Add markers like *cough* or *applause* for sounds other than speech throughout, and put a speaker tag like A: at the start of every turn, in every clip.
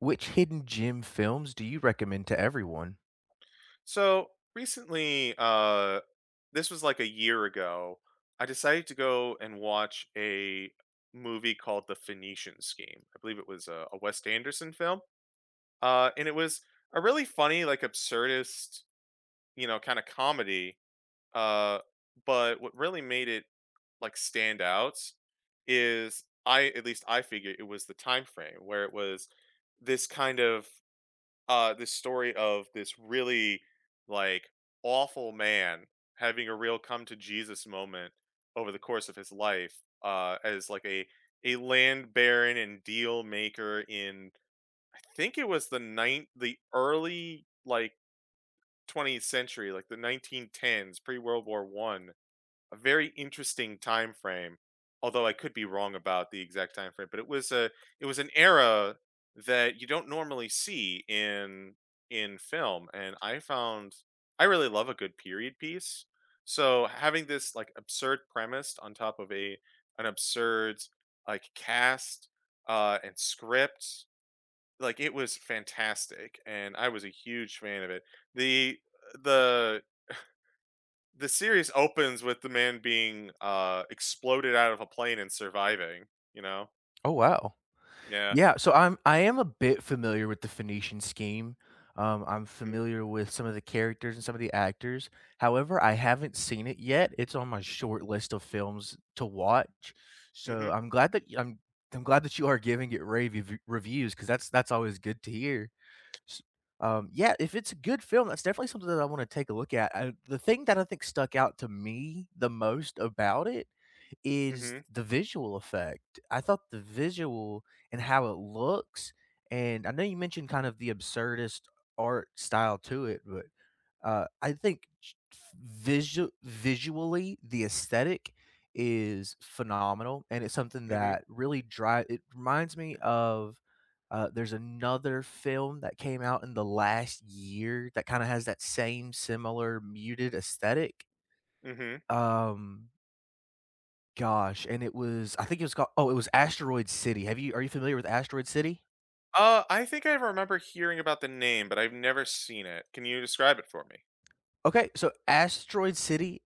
A: Which hidden gem films do you recommend to everyone?
B: So recently, this was like a year ago, I decided to go and watch a movie called The Phoenician Scheme. I believe it was a Wes Anderson film. And it was a really funny, like absurdist, kind of comedy. Uh, but what really made it like stand out is I, at least I figure it was the time frame where it was this kind of this story of this really like awful man having a real come to Jesus moment over the course of his life as like a land baron and deal maker in I think it was the early like 20th century, like the 1910s, pre World War 1. A very interesting time frame, although I could be wrong about the exact time frame, but it was a it was an era that you don't normally see in film, and I found I really love a good period piece. So having this like absurd premise on top of a an absurd like cast and script, like it was fantastic and I was a huge fan of it. The the the series opens with the man being exploded out of a plane and surviving, you know?
A: Oh, wow.
B: Yeah.
A: Yeah, so I am a bit familiar with the Phoenician scheme. I'm
B: Mhm.
A: familiar with some of the characters and some of the actors. However, I haven't seen it yet. It's on my short list of films to watch. So
B: Mhm.
A: I'm glad that you are giving it reviews because that's always good to hear. S Yeah, if it's a good film, that's definitely something that I wanna take a look at. I The thing that I think stuck out to me the most about it is
B: Mhm.
A: the visual effect. I thought the visual and how it looks, and I know you mentioned kind of the absurdist art style to it, but, I think ch visually, the aesthetic is phenomenal, and it's something
B: Mhm.
A: that really dri it reminds me of, there's another film that came out in the last year that kinda has that same similar muted aesthetic.
B: Mhm.
A: Um, gosh, and it was I think it was called, it was Asteroid City. Have you Are you familiar with Asteroid City?
B: I think I remember hearing about the name, but I've never seen it. Can you describe it for me?
A: Okay, so Asteroid City,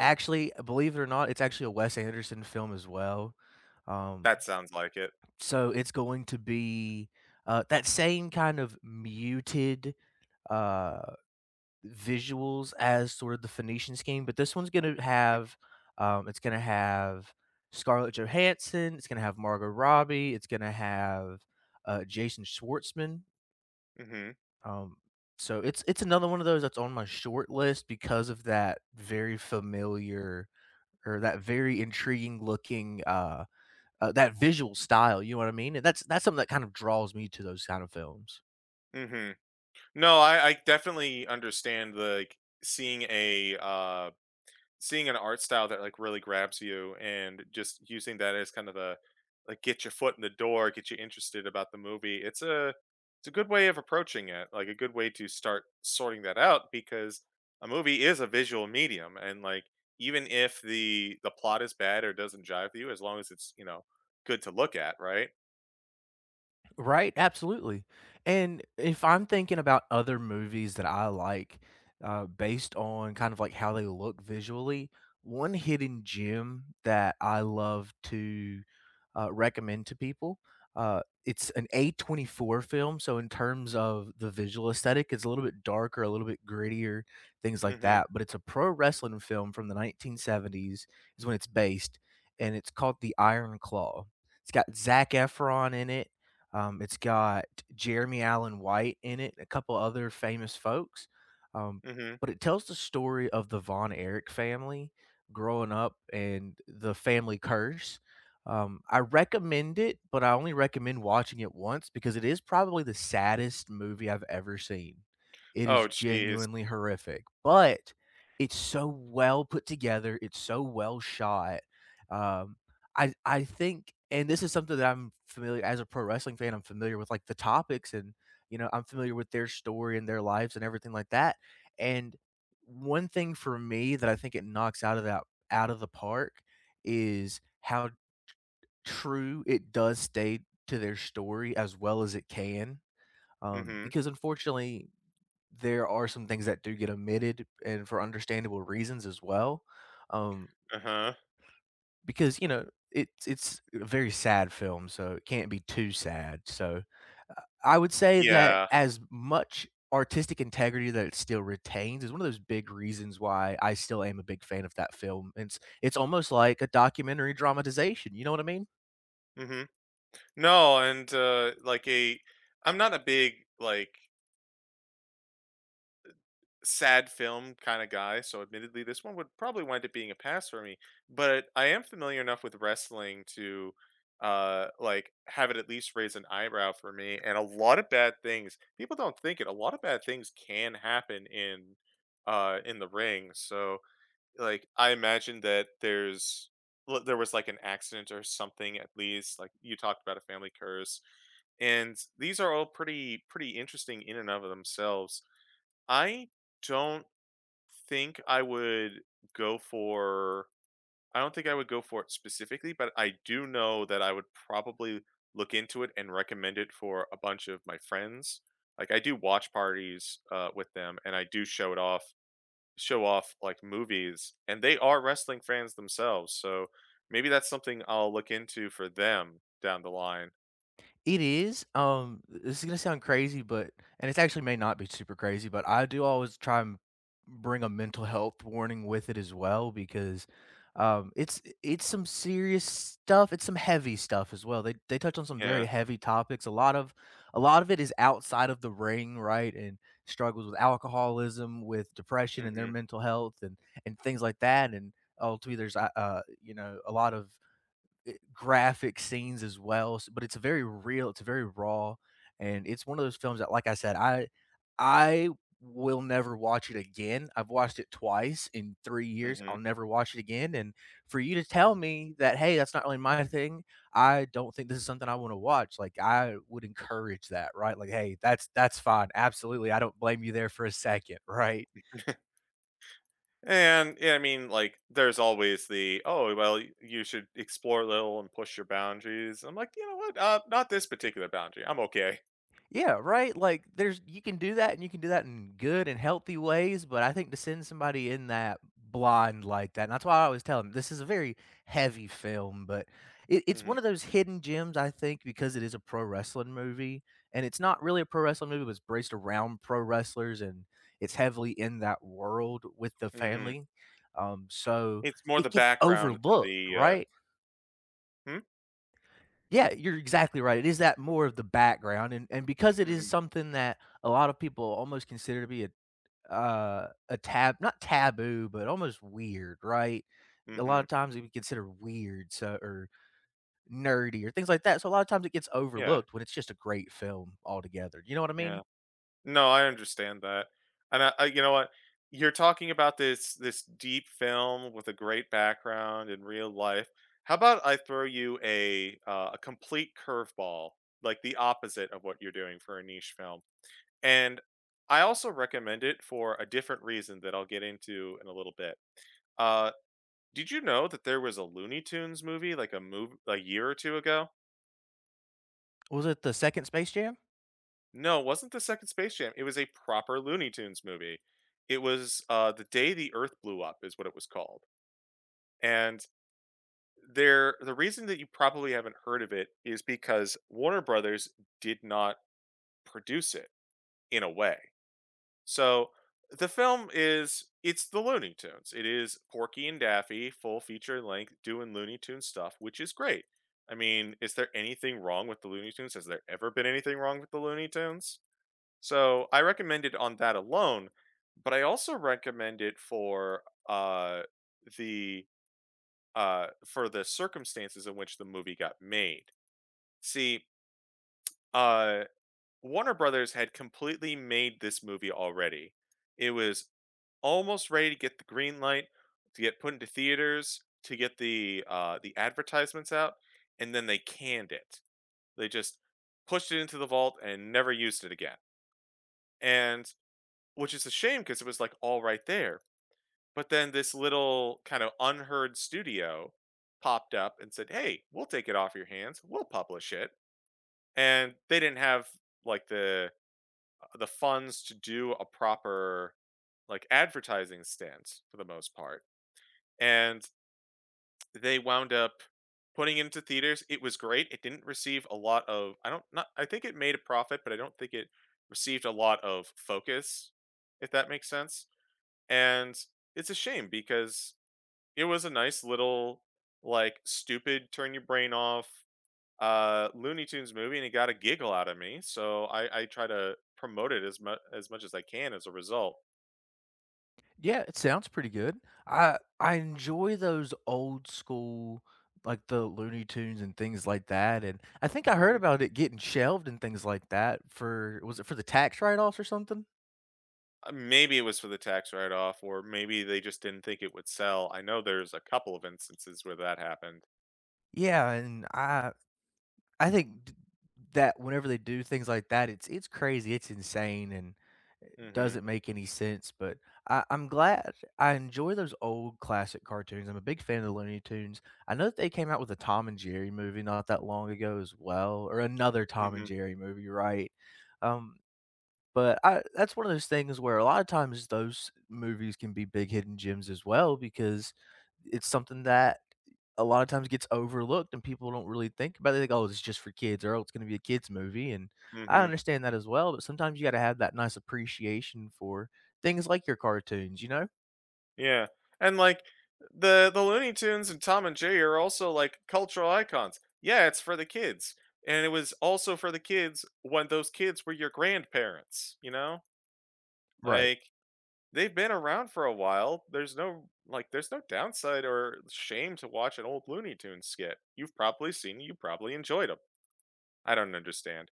A: actually, believe it or not, it's actually a Wes Anderson film as well. Um,
B: That sounds like it.
A: so it's going to be, that same kind of muted, uh visuals as sort of the Phoenicians came, but this one's gonna
B: Mhm.
A: have, it's gonna have Scarlett Johansson, it's gonna have Margot Robbie, it's gonna have, Jason Schwartzman,
B: Mhm.
A: um, so it's another one of those that's on my short list because of that very intriguing looking, that visual style, you know what I mean? And that's something that kind of draws me to those kind of films.
B: Mhm. No, I definitely understand the, like, seeing a seeing an art style that like really grabs you and just using that as kind of a like get your foot in the door, get you interested about the movie. It's a good way of approaching it, like a good way to start sorting that out because a movie is a visual medium and like even if the plot is bad or doesn't jive with you, as long as it's, you know, good to look at, right?
A: Right, absolutely. And if I'm thinking about other movies that I like, based on kind of like how they look visually, one hidden gem that I love to recommend to people, it's an A24 film. So in terms of the visual aesthetic, it's a little bit darker, a little bit grittier, things like
B: Mm-hmm.
A: that. But it's a pro wrestling film from the 1970s is when it's based, and it's called The Iron Claw. It's got Zach Efron in it, it's got Jeremy Allen White in it, a couple other famous folks. Um,
B: Mm-hmm.
A: but it tells the story of the Von Erich family growing up and the family curse. I recommend it, but I only recommend watching it once because it is probably the saddest movie I've ever seen. It is
B: Oh jeez.
A: genuinely horrific, but it's so well put together. It's so well shot. Um, I think, and this is something that I'm familiar as a pro wrestling fan, I'm familiar with, the topics and, I'm familiar with their story and their lives and everything like that, and one thing for me that I think it knocks out of the park is how true it does stay to their story as well as it can,
B: Mm-hmm.
A: because unfortunately, there are some things that do get omitted and for understandable reasons as well, um
B: Uh-huh.
A: because, it's a very sad film, so it can't be too sad, so, I would say that
B: Yeah.
A: as much artistic integrity that it still retains is one of those big reasons why I still am a big fan of that film. It's almost like a documentary dramatization, you know what I mean?
B: Mm-hmm. No, and like a I'm not a big like sad film kind of guy, so admittedly this one would probably wind up being a pass for me. But I am familiar enough with wrestling to like have it at least raise an eyebrow for me. And a lot of bad things, people don't think it, a lot of bad things can happen in the ring. So like I imagine that there's there was like an accident or something at least. Like you talked about a family curse, and these are all pretty interesting in and of themselves. i don't think I would go for I don't think I would go for it specifically, but I do know that I would probably look into it and recommend it for a bunch of my friends. Like I do watch parties with them, and I do show it off, show off like movies, and they are wrestling fans themselves. So maybe that's something I'll look into for them down the line.
A: It is, this is gonna sound crazy, but and it actually may not be super crazy, but I do always try and bring a mental health warning with it as well because, it's some serious stuff, it's some heavy stuff as well. They touch on some very
B: Yeah.
A: heavy topics. A lot of it is outside of the ring, right, and struggles with alcoholism, with depression and their
B: Hmm.
A: mental health and things like that, and ultimately, there's, you know, a lot of graphic scenes as well, s but it's very real, it's very raw, and it's one of those films that, like I said, I will never watch it again. I've watched it twice in 3 years,
B: Hmm.
A: I'll never watch it again, and for you to tell me that, "Hey, that's not really my thing, I don't think this is something I wanna watch," like, I would encourage that, right? Like, "Hey, that's fine, absolutely, I don't blame you there for a second, right?
B: *laughs* And yeah, I mean, like, there's always the oh, well, you should explore a little and push your boundaries. I'm like, you know what? Not this particular boundary. I'm okay.
A: Yeah, right? Like there's you can do that and you can do that in good and healthy ways, but I think to send somebody in that blind like that, and that's why I always tell them this is a very heavy film, but it's
B: Hmm.
A: one of those hidden gems, I think, because it is a pro wrestling movie. And it's not really a pro wrestling movie, but it's braced around pro wrestlers and it's heavily in that world with the
B: Hmm.
A: family. So
B: It's more
A: it
B: the
A: gets
B: background than
A: overlooked,
B: the.
A: right?
B: Hmm?
A: Yeah, you're exactly right. It is that more of the background, and because it is
B: Hmm.
A: something that a lot of people almost consider to be a tab not taboo, but almost weird, right? A lot
B: Hmm.
A: of times it would be considered weird, or nerdy or things like that. So a lot of times it gets
B: Yeah.
A: overlooked when it's just a great film altogether. You know what I
B: Yeah.
A: mean?
B: No, I understand that, and you know what? You're talking about this deep film with a great background in real life. How about I throw you a complete curveball, like the opposite of what you're doing for a niche film? And I also recommend it for a different reason that I'll get into in a little bit. Uh, did you know that there was a Looney Tunes movie like a year or two ago?
A: Was it the second Space Jam?
B: No, it wasn't the second Space Jam. It was a proper Looney Tunes movie. It was The Day the Earth Blew Up is what it was called. And the reason that you probably haven't heard of it is because Warner Brothers did not produce it in a way. So the film is it's the Looney Tunes. It is Porky and Daffy, full feature length, doing Looney Tunes stuff, which is great. I mean, is there anything wrong with the Looney Tunes? Has there ever been anything wrong with the Looney Tunes? So I recommend it on that alone, but I also recommend it for uh the for the circumstances in which the movie got made. See, uh Warner Brothers had completely made this movie already, it was almost ready to get the green light, to get put into theaters, to get the advertisements out, and then they canned it. They just pushed it into the vault and never used it again. And which is a shame because it was, like, all right there. But then this little kind of unheard studio popped up and said, "Hey, we'll take it off your hands. We'll publish it." And they didn't have, like, the funds to do a proper, like, advertising stance for the most part. And they wound up putting it into theaters. It was great. It didn't receive a lot of I don't not I think it made a profit, but I don't think it received a lot of focus, if that makes sense. And it's a shame because it was a nice little like stupid turn your brain off Looney Tunes movie and it got a giggle out of me. So I try to promote it as much as I can as a result.
A: Yeah, it sounds pretty good. I enjoy those old school, like the Looney Tunes and things like that. And I think I heard
B: Mhm.
A: about it getting shelved and things like that, for was it for the tax write-offs or something?
B: Maybe it was for the tax write-off, or maybe they just didn't think it would sell. I know there's a couple of instances where that happened.
A: Yeah, and I think d that whenever they do things like that, it's crazy, it's insane, and it
B: Mm-hmm.
A: doesn't make any sense, but I'm glad, I enjoy those old classic cartoons, I'm a big fan of the Looney Tunes. I know that they came out with a Tom and Jerry movie not that long ago as well, or another Tom and
B: Mm-hmm.
A: Jerry movie, right? Um, but I That's one of those things where a lot of times those movies can be big hidden gems as well because it's something that a lot of times gets overlooked and people don't really think about it. They think, "Oh, it's just for kids," or "Oh, it's gonna be a kids movie," and I
B: Mm-hmm.
A: understand that as well, but sometimes you gotta have that nice appreciation for things like your cartoons, you know?
B: Yeah. And like the Looney Tunes and Tom and Jerry are also like cultural icons. Yeah, it's for the kids. And it was also for the kids when those kids were your grandparents, you know?
A: Right.
B: Like they've been around for a while. There's no like there's no downside or shame to watch an old Looney Tunes skit. You've probably seen, you probably enjoyed them. I don't understand.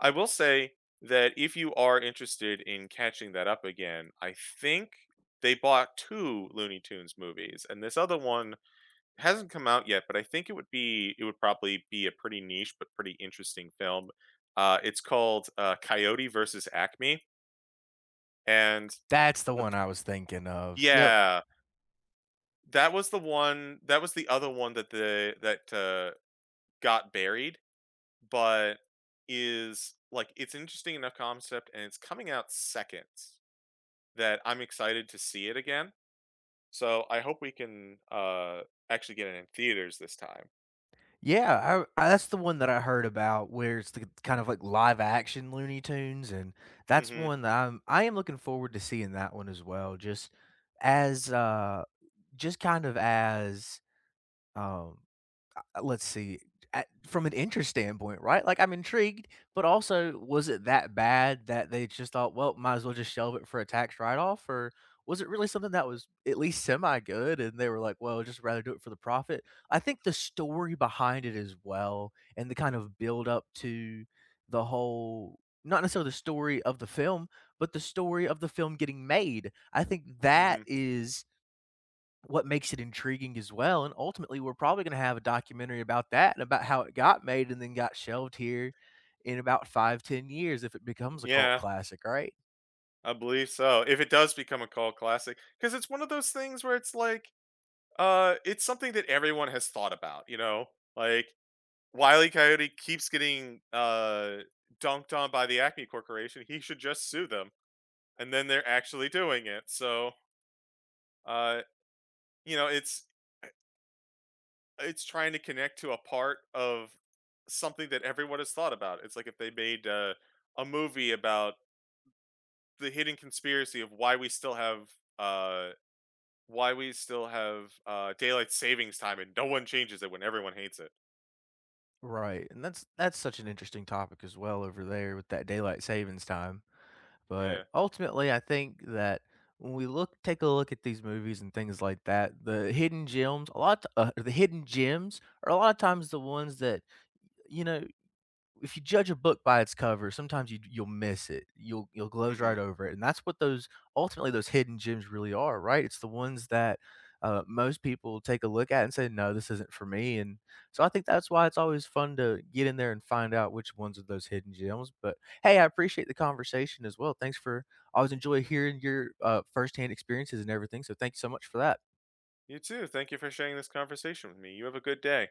B: I will say that if you are interested in catching that up again, I think they bought two Looney Tunes movies, and this other one hasn't come out yet, but I think it would probably be a pretty niche but pretty interesting film. It's called, Coyote versus Acme, and
A: That's the
B: the
A: one
B: pr
A: I was thinking of. Yep.
B: Yeah, that was the one that was the other one that the that, got buried, but is like, it's an interesting enough concept, and it's coming out second. That I'm excited to see it again. So I hope we can actually get it in theaters this time.
A: Yeah, that's the one that I heard about where it's the kind of like live action Looney Tunes, and that's
B: Mhm.
A: one that I am looking forward to seeing that one as well, just as, just kind of as Um, let's see, at from an interest standpoint, right? Like, I'm intrigued, but also, was it that bad that they just thought, "Well, might as well just shelve it for a tax write-off," or was it really something that was at least semi good and they were like, "Well, just rather do it for the profit?" I think the story behind it as well and the kind of build up to the whole, not necessarily the story of the film, but the story of the film getting made. I think that
B: Mhm.
A: is what makes it intriguing as well, and ultimately, we're probably gonna have a documentary about that and about how it got made and then got shelved here in about 5, 10 years if it becomes a cult
B: Yeah,
A: classic, right?
B: I believe so. If it does become a cult classic cuz it's one of those things where it's like it's something that everyone has thought about, you know? Like Wiley Coyote keeps getting dunked on by the Acme Corporation. He should just sue them and then they're actually doing it. So, uh you know, it's trying to connect to a part of something that everyone has thought about. It's like if they made a movie about the hidden conspiracy of why we still have uh, daylight savings time and no one changes it when everyone hates it.
A: Right, and that's such an interesting topic as well over there with that daylight savings time,
B: Yeah.
A: but ultimately, I think that when we look take a look at these movies and things like that, the hidden gems, a lot the hidden gems are a lot of times the ones that, you know, if you judge a book by its cover, sometimes you'll miss it. You'll gloze
B: Hmm.
A: right over it, and that's what those, ultimately those hidden gems really are, right? It's the ones that most people take a look at and say, "No, this isn't for me." And so I think that's why it's always fun to get in there and find out which ones are those hidden gems. But hey, I appreciate the conversation as well. Thanks for I always enjoy hearing your firsthand experiences and everything. So thank you so much for that.
B: You too. Thank you for sharing this conversation with me. You have a good day.